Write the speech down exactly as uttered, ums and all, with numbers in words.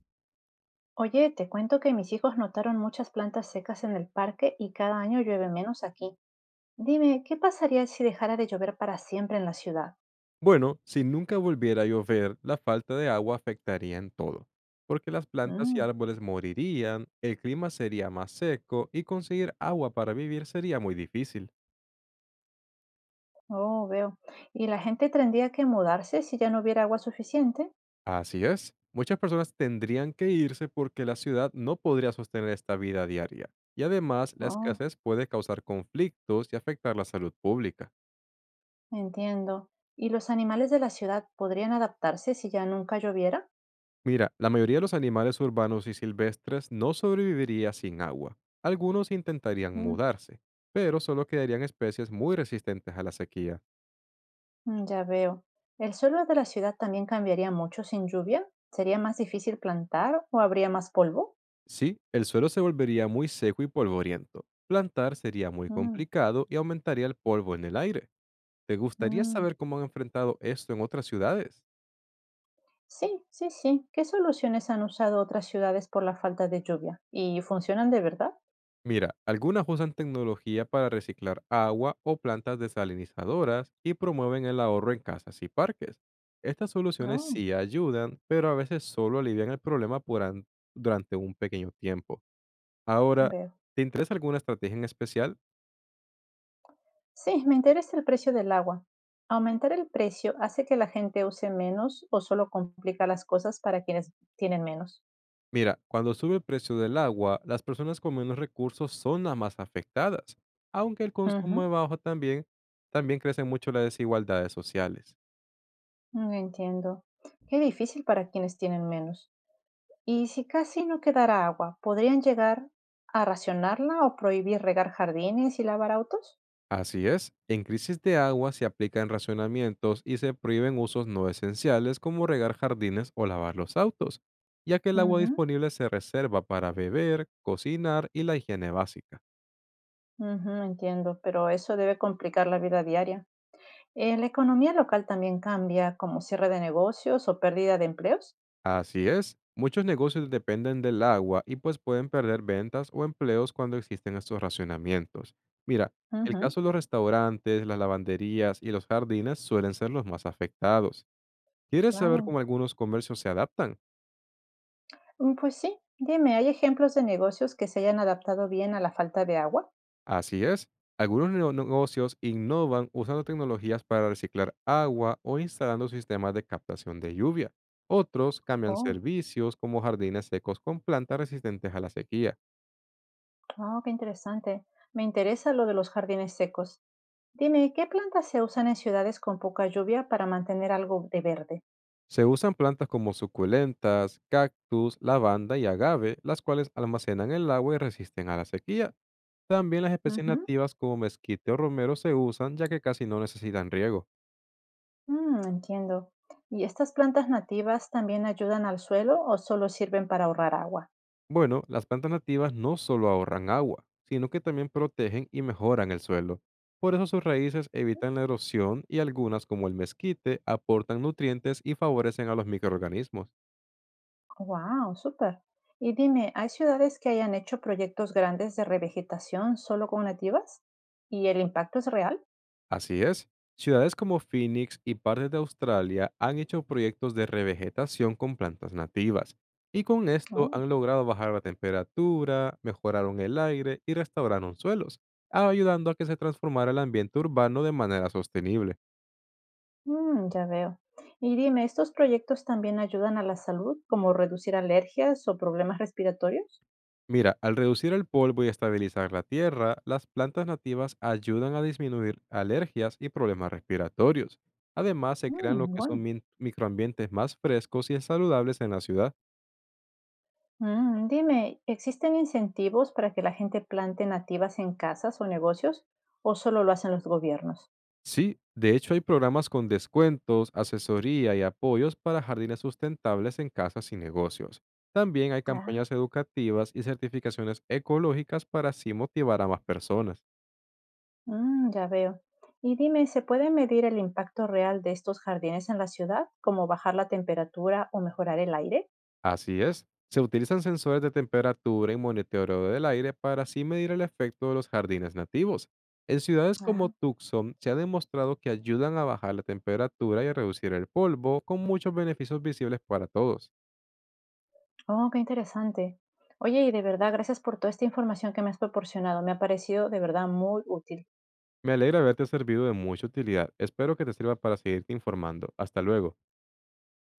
Oye, te cuento que mis hijos notaron muchas plantas secas en el parque y cada año llueve menos aquí. Dime, ¿qué pasaría si dejara de llover para siempre en la ciudad? Bueno, si nunca volviera a llover, la falta de agua afectaría en todo, porque las plantas y Mm, árboles morirían, el clima sería más seco y conseguir agua para vivir sería muy difícil. oh, veo. ¿Y la gente tendría que mudarse si ya no hubiera agua suficiente? Así es, muchas personas tendrían que irse porque la ciudad no podría sostener esta vida diaria, y además la Oh, escasez puede causar conflictos y afectar la salud pública. entiendo. ¿Y los animales de la ciudad podrían adaptarse si ya nunca lloviera? Mira, la mayoría de los animales urbanos y silvestres no sobreviviría sin agua. Algunos intentarían Mm, mudarse, pero solo quedarían especies muy resistentes a la sequía. mm, ya veo. ¿El suelo de la ciudad también cambiaría mucho sin lluvia? ¿Sería más difícil plantar o habría más polvo? Sí, el suelo se volvería muy seco y polvoriento. Plantar sería muy Mm, complicado y aumentaría el polvo en el aire. ¿Te gustaría mm. saber cómo han enfrentado esto en otras ciudades? Sí, sí, sí. ¿Qué soluciones han usado otras ciudades por la falta de lluvia? ¿Y funcionan de verdad? Mira, algunas usan tecnología para reciclar agua o plantas desalinizadoras y promueven el ahorro en casas y parques. Estas soluciones Oh, sí ayudan, pero a veces solo alivian el problema por an- durante un pequeño tiempo. Ahora, veo. ¿te interesa alguna estrategia en especial? Sí, me interesa el precio del agua. ¿Aumentar el precio hace que la gente use menos o solo complica las cosas para quienes tienen menos? Mira, cuando sube el precio del agua, las personas con menos recursos son las más afectadas, aunque el Ujú, consumo bajo también, también crecen mucho las desigualdades sociales. mm, entiendo. Qué difícil para quienes tienen menos. ¿Y si casi no quedara agua, podrían llegar a racionarla o prohibir regar jardines y lavar autos? Así es, en crisis de agua se aplican racionamientos y se prohíben usos no esenciales como regar jardines o lavar los autos, ya que el agua Ujú, disponible se reserva para beber, cocinar y la higiene básica. ujú, entiendo, pero eso debe complicar la vida diaria. Eh, la economía local también cambia, como cierre de negocios o pérdida de empleos. Así es, muchos negocios dependen del agua y pues pueden perder ventas o empleos cuando existen estos racionamientos. Mira, el Ujú, caso de los restaurantes, las lavanderías y los jardines suelen ser los más afectados. ¿Quieres saber claro. cómo algunos comercios se adaptan? Mm, pues sí, dime, ¿hay ejemplos de negocios que se hayan adaptado bien a la falta de agua? Así es. Algunos neo- negocios innovan usando tecnologías para reciclar agua o instalando sistemas de captación de lluvia. Otros cambian Oh, servicios como jardines secos con plantas resistentes a la sequía. oh, qué interesante. Me interesa lo de los jardines secos. Dime, ¿qué plantas se usan en ciudades con poca lluvia para mantener algo de verde? Se usan plantas como suculentas, cactus, lavanda y agave, las cuales almacenan el agua y resisten a la sequía. También las especies Ujú, nativas como mezquite o romero se usan ya que casi no necesitan riego. mm, entiendo. ¿Y estas plantas nativas también ayudan al suelo o solo sirven para ahorrar agua? Bueno, las plantas nativas no solo ahorran agua, sino que también protegen y mejoran el suelo. Por eso sus raíces evitan la erosión y algunas, como el mezquite, aportan nutrientes y favorecen a los microorganismos. Wow, súper. Y dime, ¿hay ciudades que hayan hecho proyectos grandes de revegetación solo con nativas? ¿Y el impacto es real? Así es, ciudades como Phoenix y partes de Australia han hecho proyectos de revegetación con plantas nativas, y con esto Oh, han logrado bajar la temperatura, mejoraron el aire y restauraron suelos, ayudando a que se transformara el ambiente urbano de manera sostenible. mm, ya veo. Y dime, ¿estos proyectos también ayudan a la salud, como reducir alergias o problemas respiratorios? Mira, al reducir el polvo y estabilizar la tierra, las plantas nativas ayudan a disminuir alergias y problemas respiratorios. Además, se crean Mm, lo que son bueno. min- microambientes más frescos y saludables en la ciudad. Mm, dime, ¿existen incentivos para que la gente plante nativas en casas o negocios o solo lo hacen los gobiernos? Sí, de hecho hay programas con descuentos, asesoría y apoyos para jardines sustentables en casas y negocios. También hay campañas Ah. educativas y certificaciones ecológicas para así motivar a más personas. Mm, ya veo. Y dime, ¿se puede medir el impacto real de estos jardines en la ciudad, como bajar la temperatura o mejorar el aire? Así es. Se utilizan sensores de temperatura y monitoreo del aire para así medir el efecto de los jardines nativos. En ciudades como Ah, Tucson se ha demostrado que ayudan a bajar la temperatura y a reducir el polvo, con muchos beneficios visibles para todos. oh, qué interesante. Oye, y de verdad, gracias por toda esta información que me has proporcionado. Me ha parecido de verdad muy útil. Me alegra haberte servido de mucha utilidad. Espero que te sirva para seguirte informando. Hasta luego.